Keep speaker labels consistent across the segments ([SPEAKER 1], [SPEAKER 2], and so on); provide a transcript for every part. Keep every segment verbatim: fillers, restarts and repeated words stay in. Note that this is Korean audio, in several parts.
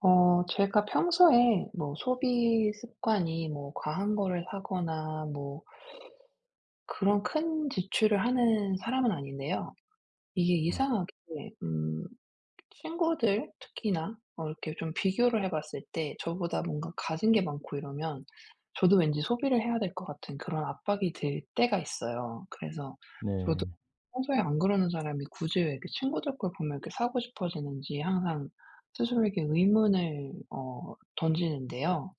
[SPEAKER 1] 어 제가 평소에 뭐 소비 습관이 뭐 과한 거를 사거나 뭐 그런 큰 지출을 하는 사람은 아닌데요. 이게
[SPEAKER 2] 네.
[SPEAKER 1] 이상하게 음 친구들 특히나 어 이렇게 좀 비교를 해 봤을 때 저보다 뭔가 가진 게 많고 이러면 저도 왠지 소비를 해야 될 것 같은 그런 압박이 들 때가 있어요. 그래서 저도
[SPEAKER 2] 네.
[SPEAKER 1] 평소에 안 그러는 사람이 굳이 왜 이렇게 친구들 걸 보면 이렇게 사고 싶어지는지 항상 스스로에게 의문을 어 던지는데요.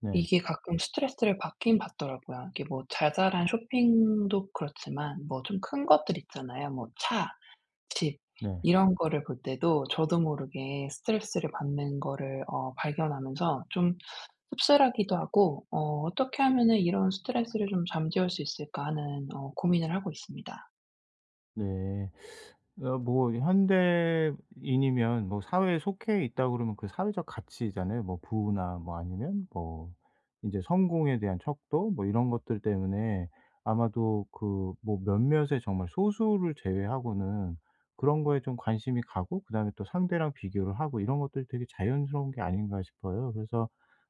[SPEAKER 2] 네.
[SPEAKER 1] 이게 가끔 스트레스를 받긴 받더라고요. 이게 뭐 자잘한 쇼핑도 그렇지만 뭐 좀 큰 것들 있잖아요. 뭐 차, 집
[SPEAKER 2] 네.
[SPEAKER 1] 이런 거를 볼 때도 저도 모르게 스트레스를 받는 거를 어 발견하면서 좀 씁쓸하기도 하고 어 '어떻게 하면은 이런 스트레스를 좀 잠재울 수 있을까.' 하는 어 고민을 하고 있습니다.
[SPEAKER 2] 네. 어 뭐 현대인이면 뭐 사회에 속해 있다 그러면 그 사회적 가치잖아요. 뭐 부나 뭐 아니면 뭐 이제 성공에 대한 척도 뭐 이런 것들 때문에 아마도 그 뭐 몇몇의 정말 소수를 제외하고는 그런 거에 좀 관심이 가고 그다음에 또 상대랑 비교를 하고 이런 것들이 되게 자연스러운 게 아닌가 싶어요. 그래서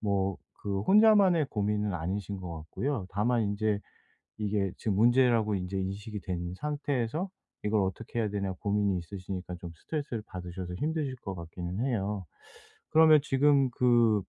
[SPEAKER 2] 뭐 그 혼자만의 고민은 아니신 것 같고요. 다만 이제 이게 지금 문제라고 인제 인식이 된 상태에서 이걸 어떻게 해야 되나 고민이 있으시니까 좀 스트레스를 받으셔서 힘드실 것 같기는 해요. 그러면 지금 그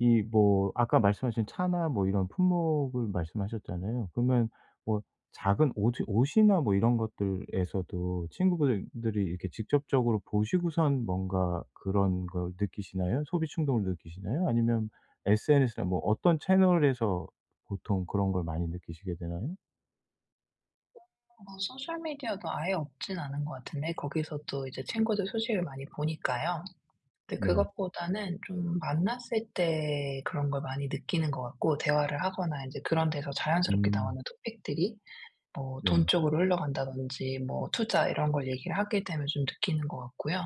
[SPEAKER 2] 이 뭐 아까 말씀하신 차나 뭐 이런 품목을 말씀하셨잖아요. 그러면 뭐 작은 옷 옷이나 뭐 이런 것들에서도 친구분들이 이렇게 직접적으로 보시고선 뭔가 그런 걸 느끼시나요? 소비 충동을 느끼시나요? 아니면 에스엔에스나 뭐 어떤 채널에서 보통 그런 걸 많이 느끼시게 되나요?
[SPEAKER 1] 어 소셜 미디어도 아예 없진 않은 것 같은데 거기서도 이제 친구들 소식을 많이 보니까요. 근데
[SPEAKER 2] 네.
[SPEAKER 1] 그것보다는 좀 만났을 때 그런 걸 많이 느끼는 것 같고, 대화를 하거나 이제 그런 데서 자연스럽게
[SPEAKER 2] 음.
[SPEAKER 1] 나오는 토픽들이 뭐
[SPEAKER 2] 네.
[SPEAKER 1] 돈 쪽으로 흘러간다든지 뭐 투자 이런 걸 얘기를 하게 되면 좀 느끼는 것 같고요.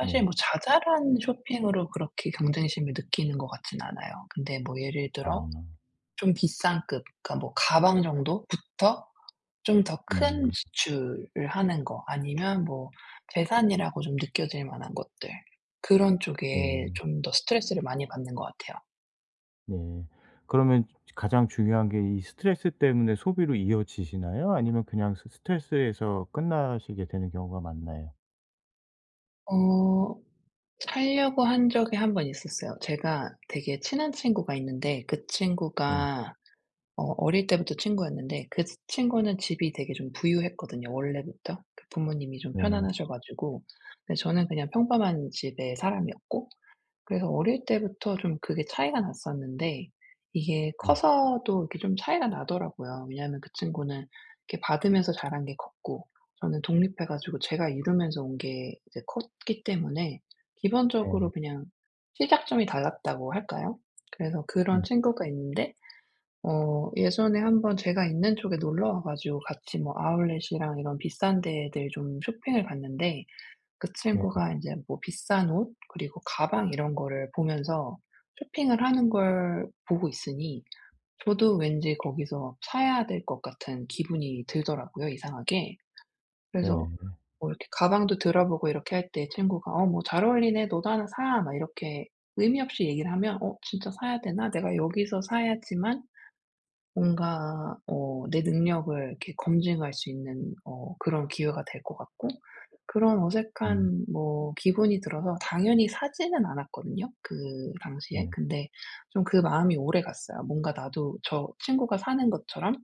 [SPEAKER 2] 네.
[SPEAKER 1] 뭐 자잘한 쇼핑으로 그렇게 경쟁심을 느끼는 것 같진 않아요. 근데 뭐 예를
[SPEAKER 2] 아.
[SPEAKER 1] 들어 좀 비싼 급, 그러니까 뭐 가방 정도부터 좀 더 큰
[SPEAKER 2] 음.
[SPEAKER 1] 지출을 하는 거, 아니면 뭐 재산이라고 좀 느껴질 만한 것들, 그런 쪽에
[SPEAKER 2] 네.
[SPEAKER 1] 좀 더 스트레스를 많이 받는 것 같아요.
[SPEAKER 2] 네. 그러면 가장 중요한 게 이 스트레스 때문에 소비로 이어지시나요? 아니면 그냥 스 스트레스에서 끝나시게 되는 경우가 많나요?
[SPEAKER 1] 어 살려고 한 적이 한 번 있었어요. 제가 되게 친한 친구가 있는데, 그
[SPEAKER 2] 네.
[SPEAKER 1] 친구가 어 어릴 때부터 친구였는데, 그 친구는 집이 되게 좀 부유했거든요, 원래부터. 그 부모님이 좀
[SPEAKER 2] 네.
[SPEAKER 1] 편안하셔 가지고. 근데 저는 그냥 평범한 집의 사람이었고, 그래서 어릴 때부터 좀 그게 차이가 났었는데 이게
[SPEAKER 2] 네.
[SPEAKER 1] 커서도 이렇게 좀 차이가 나더라고요. 왜냐하면 그 친구는 이렇게 받으면서 자란 게 컸고, 저는 독립해 가지고 제가 이루면서 온 게 이제 컸기 때문에,
[SPEAKER 2] 네.
[SPEAKER 1] 기본적으로 그냥 시작점이 달랐다고 할까요? 그래서 그런
[SPEAKER 2] 음.
[SPEAKER 1] 친구가 있는데, 어 예전에 한번 제가 있는 쪽에 놀러 와 가지고 같이 뭐 아울렛이랑 이런 비싼 데들 좀 쇼핑을 갔는데, 그
[SPEAKER 2] 네.
[SPEAKER 1] 친구가 인제 뭐 비싼 옷 그리고 가방 이런 거를 보면서 쇼핑을 하는 걸 보고 있으니 저도 왠지 거기서 사야 될 것 같은 기분이 들더라고요, 이상하게. 그래서
[SPEAKER 2] 네.
[SPEAKER 1] 뭐 이렇게 가방도 들어보고 이렇게 할 때 친구가 "어 뭐 잘 어울리네. 너도 하나 사." 막 이렇게 의미 없이 얘기를 하면, '어 진짜 사야 되나? 내가 여기서 사야지만 뭔가 어 내 능력을 이렇게 검증할 수 있는 어 그런 기회가 될 것 같고', 그런
[SPEAKER 2] 음.
[SPEAKER 1] 어색한 뭐 기분이 들어서 당연히 사지는 않았거든요 그 당시에.
[SPEAKER 2] 네.
[SPEAKER 1] 근데 좀 그 마음이 오래갔어요. 뭔가 나도 저 친구가 사는 것처럼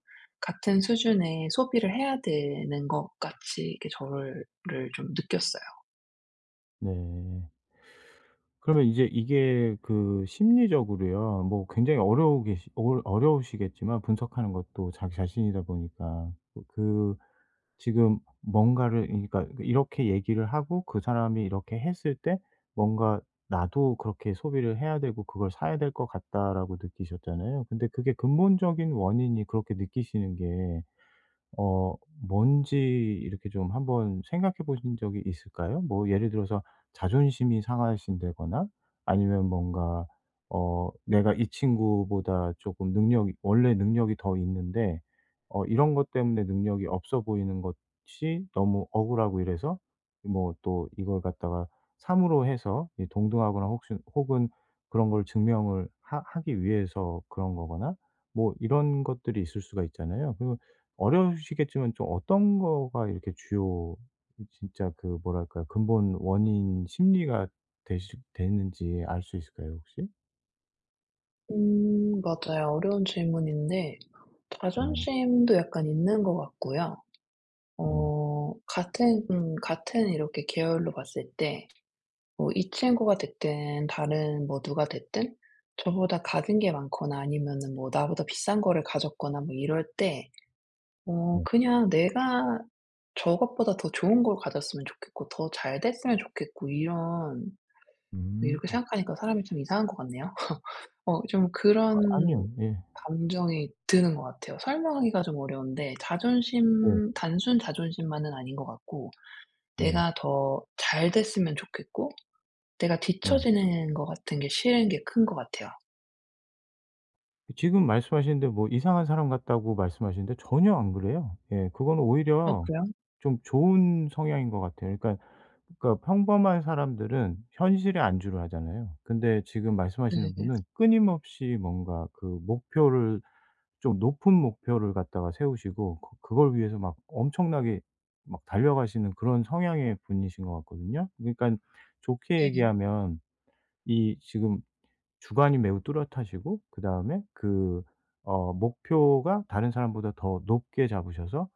[SPEAKER 1] 같은 수준의 소비를 해야 되는 것 같이 이렇게 저를 를좀 느꼈어요.
[SPEAKER 2] 네. 그러면 이제 이게 그 심리적으로요. 뭐 굉장히 어려우 계시 어려 어려우시겠지만 분석하는 것도 자기 자신이다 보니까 그그 지금 뭔가를 그러니까 이렇게 얘기를 하고 그 사람이 이렇게 했을 때 뭔가 '나도 그렇게 소비를 해야 되고 그걸 사야 될 것 같다.'라고 느끼셨잖아요. 근데 그게 근본적인 원인이 그렇게 느끼시는 게 어 뭔지 이렇게 좀 한번 생각해 보신 적이 있을까요? 뭐 예를 들어서 자존심이 상하신다거나 아니면 뭔가 어 '내가 이 친구보다 조금 능력이 원래 능력이 더 있는데 어 이런 것 때문에 능력이 없어 보이는 것이 너무 억울하고 이래서 뭐 또 이걸 갖다가 삼 으로 해서 이 동등하거나 혹시 혹은 그런 걸 증명을 하 하기 위해서 그런 거거나' 뭐 이런 것들이 있을 수가 있잖아요. 그리고 어려우시겠지만 좀 어떤 거가 이렇게 주요 진짜 그 뭐랄까요? 근본 원인 심리가 되시 되는지 알 수 있을까요 혹시?
[SPEAKER 1] 음 맞아요. 어려운 질문인데
[SPEAKER 2] 네.
[SPEAKER 1] 자존심도 약간 있는 것 같고요.
[SPEAKER 2] 네.
[SPEAKER 1] 어 같은 음 같은 이렇게 계열로 봤을 때 뭐 이 친구가 됐든 다른 뭐 누가 됐든 저보다 가진 게 많거나 아니면은 뭐 나보다 비싼 거를 가졌거나 뭐 이럴 때 어
[SPEAKER 2] 네.
[SPEAKER 1] 그냥 내가 저것보다 더 좋은 걸 가졌으면 좋겠고 더 잘 됐으면 좋겠고, 이런
[SPEAKER 2] 음.
[SPEAKER 1] 이렇게 생각하니까 사람이 좀 이상한 것 같네요. 어 좀
[SPEAKER 2] 아니요.
[SPEAKER 1] 그런
[SPEAKER 2] 예.
[SPEAKER 1] 감정이 드는 것 같아요. 설명하기가 좀 어려운데,
[SPEAKER 2] 네.
[SPEAKER 1] 자존심 단순 자존심만은 아닌 것 같고,
[SPEAKER 2] 네.
[SPEAKER 1] 내가 더 잘 됐으면 좋겠고 내가
[SPEAKER 2] 네.
[SPEAKER 1] 뒤처지는 것 같은 게 싫은 게 큰 것 같아요.
[SPEAKER 2] 지금 말씀하시는데 뭐 이상한 사람 같다고 말씀하시는데 전혀 안 그래요. 예. 그거는
[SPEAKER 1] 아
[SPEAKER 2] 오히려
[SPEAKER 1] 그래요?
[SPEAKER 2] 좀 좋은 성향인 것 같아요. 그러니까 그러니까 평범한 사람들은 현실에 안주를 하잖아요. 근데 지금
[SPEAKER 1] 네.
[SPEAKER 2] 말씀하시는
[SPEAKER 1] 네.
[SPEAKER 2] 분은 끊임없이 뭔가 그 목표를 좀 높은 목표를 갖다가 세우시고 그 그걸 위해서 막 엄청나게 막 달려가시는 그런 성향의 분이신 것 같거든요. 그러니까 좋게 얘기하면 이 지금 주관이 매우 뚜렷하시고 그다음에 그 어 목표가 다른 사람보다 더 높게 잡으셔서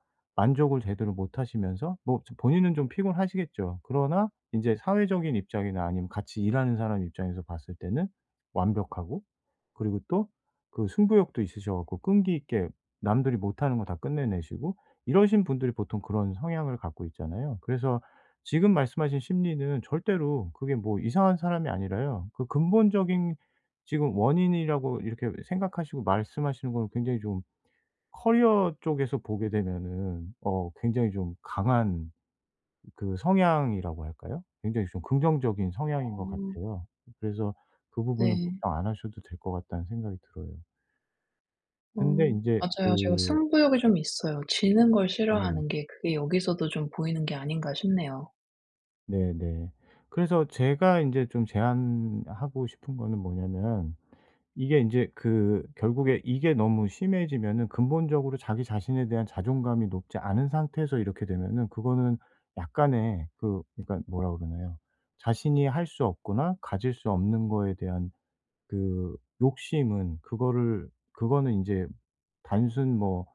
[SPEAKER 2] 만족을 제대로 못 하시면서 뭐 저 본인은 좀 피곤하시겠죠. 그러나 이제 사회적인 입장이나 아니면 같이 일하는 사람 입장에서 봤을 때는 완벽하고 그리고 또 그 승부욕도 있으셔 갖고 끈기 있게 남들이 못하는 거 다 끝내내시고 이러신 분들이 보통 그런 성향을 갖고 있잖아요. 그래서 지금 말씀하신 심리는 절대로 그게 뭐 이상한 사람이 아니라요. 그 근본적인 지금 원인이라고 이렇게 생각하시고 말씀하시는 건 굉장히 좀 커리어 쪽에서 보게 되면은 어 굉장히 좀 강한 그 성향이라고 할까요? 굉장히 좀 긍정적인 성향인
[SPEAKER 1] 어
[SPEAKER 2] 것 같아요. 그래서 그 부분은
[SPEAKER 1] 네.
[SPEAKER 2] 걱정 안 하셔도 될 것 같다는 생각이 들어요.
[SPEAKER 1] 어
[SPEAKER 2] 근데 인제
[SPEAKER 1] 맞아요. 제가
[SPEAKER 2] 그
[SPEAKER 1] 승부욕이 좀 있어요. 지는 걸
[SPEAKER 2] 네.
[SPEAKER 1] 싫어하는 게, 그게 여기서도 좀 보이는 게 아닌가 싶네요.
[SPEAKER 2] 네네. 그래서 제가 인제 좀 제안하고 싶은 거는 뭐냐면 이게 인제 그 결국에 이게 너무 심해지면은 근본적으로 자기 자신에 대한 자존감이 높지 않은 상태에서 이렇게 되면은 그거는 약간의 그 그러니까 뭐라 그러나요? 자신이 할 수 없거나 가질 수 없는 거에 대한 그 욕심은 그거를 그거는 인제 단순 뭐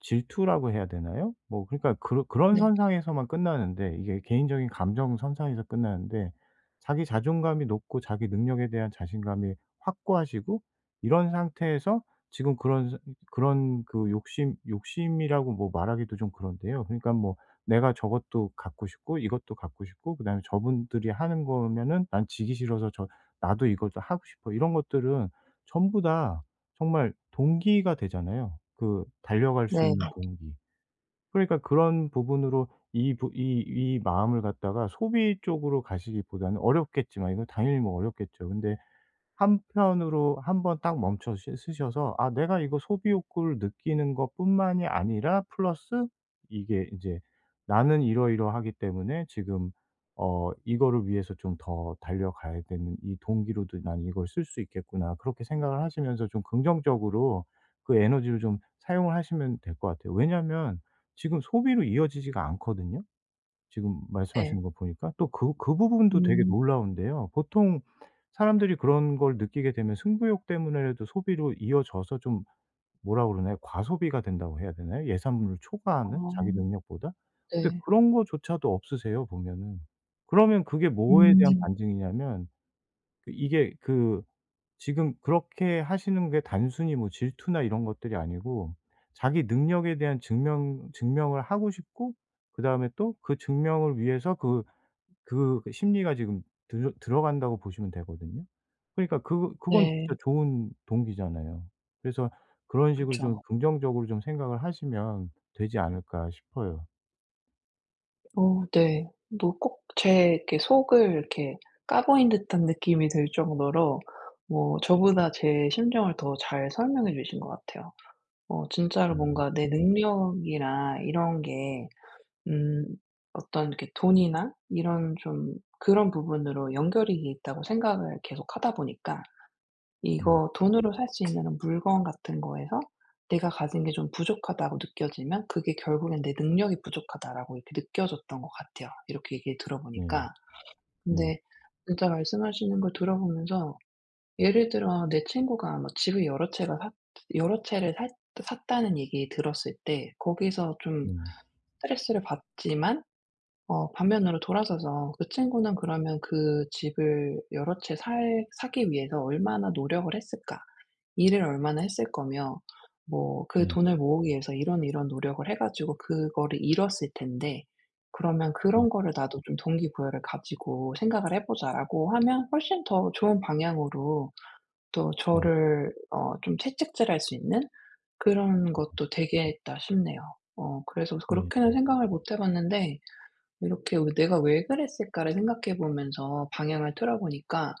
[SPEAKER 2] 질투라고 해야 되나요? 뭐 그러니까 그런 그런
[SPEAKER 1] 네.
[SPEAKER 2] 선상에서만 끝나는데 이게 개인적인 감정 선상에서 끝나는데 자기 자존감이 높고 자기 능력에 대한 자신감이 확고하시고 이런 상태에서 지금 그런 사- 그런 그 욕심 욕심이라고 뭐 말하기도 좀 그런데요. 그러니까 뭐 내가 저것도 갖고 싶고 이것도 갖고 싶고 그다음에 저분들이 하는 거면은 '난 지기 싫어서 저 나도 이것도 하고 싶어.' 이런 것들은 전부 다 정말 동기가 되잖아요, 그 달려갈 수
[SPEAKER 1] 네.
[SPEAKER 2] 있는 동기. 그러니까 그런 부분으로 이 부 이 이 마음을 갖다가 소비 쪽으로 가시기보다는 어렵겠지만 이건 당연히 뭐 어렵겠죠. 근데 한편으로 한번 딱 멈춰 쓰- 쓰셔서 '아 내가 이거 소비 욕구를 느끼는 것뿐만이 아니라 플러스 이게 이제 나는 이러이러하기 때문에 지금 어 이거를 위해서 좀 더 달려가야 되는 이 동기로도 난 이걸 쓸 수 있겠구나.' 그렇게 생각을 하시면서 좀 긍정적으로 그 에너지를 좀 사용을 하시면 될 것 같아요. 왜냐하면 지금 소비로 이어지지가 않거든요. 지금
[SPEAKER 1] 네.
[SPEAKER 2] 말씀하시는 거 보니까 또 그 그 부분도 되게
[SPEAKER 1] 음.
[SPEAKER 2] 놀라운데요. 보통 사람들이 그런 걸 느끼게 되면 승부욕 때문에라도 소비로 이어져서 좀 뭐라 그러나요? 과소비가 된다고 해야 되나요? 예산을 초과하는 자기
[SPEAKER 1] 어.
[SPEAKER 2] 능력보다? 근데
[SPEAKER 1] 네.
[SPEAKER 2] 그런 거조차도 없으세요 보면은. 그러면 그게 뭐에 대한
[SPEAKER 1] 음.
[SPEAKER 2] 반증이냐면 그 이게 그 지금 그렇게 하시는 게 단순히 뭐 질투나 이런 것들이 아니고 자기 능력에 대한 증명 증명을 하고 싶고 그다음에 또 그 증명을 위해서 그 그 심리가 지금 들 들어간다고 보시면 되거든요. 그러니까 그 그건
[SPEAKER 1] 네.
[SPEAKER 2] 진짜 좋은 동기잖아요. 그래서 그런 식으로 좀
[SPEAKER 1] 그렇죠.
[SPEAKER 2] 긍정적으로 좀 생각을 하시면 되지 않을까 싶어요.
[SPEAKER 1] 어 네. 뭐 꼭 제 이렇게 속을 이렇게 까보인 듯한 느낌이 들 정도로, 뭐 저보다 제 심정을 더 잘 설명해 주신 것 같아요. 어 진짜로
[SPEAKER 2] 음.
[SPEAKER 1] 뭔가 내 능력이나 이런 게 음 어떤 이렇게 돈이나 이런 좀 그런 부분으로 연결이 있다고 생각을 계속하다 보니까,
[SPEAKER 2] 네.
[SPEAKER 1] 이거 돈으로 살 수 있는 물건 같은 거에서 내가 가진 게 좀 부족하다고 느껴지면 그게 결국엔 '내 능력이 부족하다.'라고 이렇게 느껴졌던 것 같아요, 이렇게 얘기를
[SPEAKER 2] 네.
[SPEAKER 1] 들어보니까.
[SPEAKER 2] 네.
[SPEAKER 1] 근데 진짜 말씀하시는 걸 들어보면서, 예를 들어 내 친구가 뭐 집을 여러 채가 샀 여러 채를 샀 샀다는 얘기 들었을 때 거기서 좀
[SPEAKER 2] 네.
[SPEAKER 1] 스트레스를 받지만, 어 반면으로 돌아서서 '그 친구는 그러면 그 집을 여러 채 살 사기 위해서 얼마나 노력을 했을까? 일을 얼마나 했을 거며, 뭐 그
[SPEAKER 2] 네.
[SPEAKER 1] 돈을 모으기 위해서 이런 이런 노력을 해 가지고 그거를 이뤘을 텐데, 그러면
[SPEAKER 2] 네.
[SPEAKER 1] 그런 거를 나도 좀 동기부여를 가지고 생각을 해 보자'라고 하면 훨씬 더 좋은 방향으로 또
[SPEAKER 2] 네.
[SPEAKER 1] 저를 어 좀 채찍질할 수 있는, 그런 것도 되겠다 싶네요. 어 그래서
[SPEAKER 2] 네.
[SPEAKER 1] 그렇게는 생각을 못해 봤는데, 이렇게 '왜 내가 왜 그랬을까.'를 생각해 보면서 방향을 틀어 보니까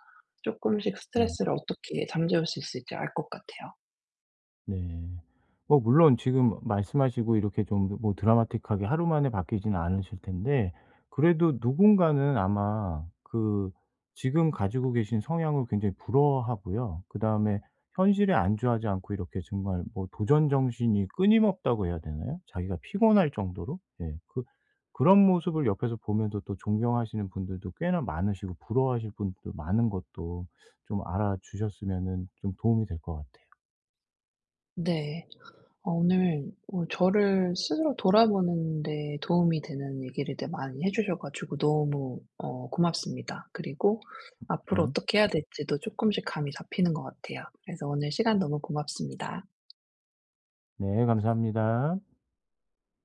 [SPEAKER 1] 쪼끔씩
[SPEAKER 2] 네.
[SPEAKER 1] 스트레스를 어떻게 잠재울 수 있을지 알 것 같아요.
[SPEAKER 2] 네. 뭐 물론 지금 말씀하시고 이렇게 좀 뭐 드라마틱하게 하루 만에 바뀌지는 않으실 텐데 그래도 누군가는 아마 그 지금 가지고 계신 성향을 굉장히 부러워하고요. 그다음에 현실에 안주하지 않고 이렇게 정말 뭐 도전 정신이 끊임없다고 해야 되나요? 자기가 피곤할 정도로? 예. 그 그런 모습을 옆에서 보면서 또 존경하시는 분들도 꽤나 많으시고 부러워하실 분들도 많은 것도 좀 알아주셨으면은 좀 도움이 될 것 같아요.
[SPEAKER 1] 네. 어 오늘 어 저를 스스로 돌아보는 데 도움이 되는 얘기를 되 많이 해 주셔 가지고 너무 어 고맙습니다. 그리고 앞으로
[SPEAKER 2] 네.
[SPEAKER 1] 어떻게 해야 될지도 조금씩 감이 잡히는 것 같아요. 그래서 오늘 시간 너무 고맙습니다.
[SPEAKER 2] 네, 감사합니다.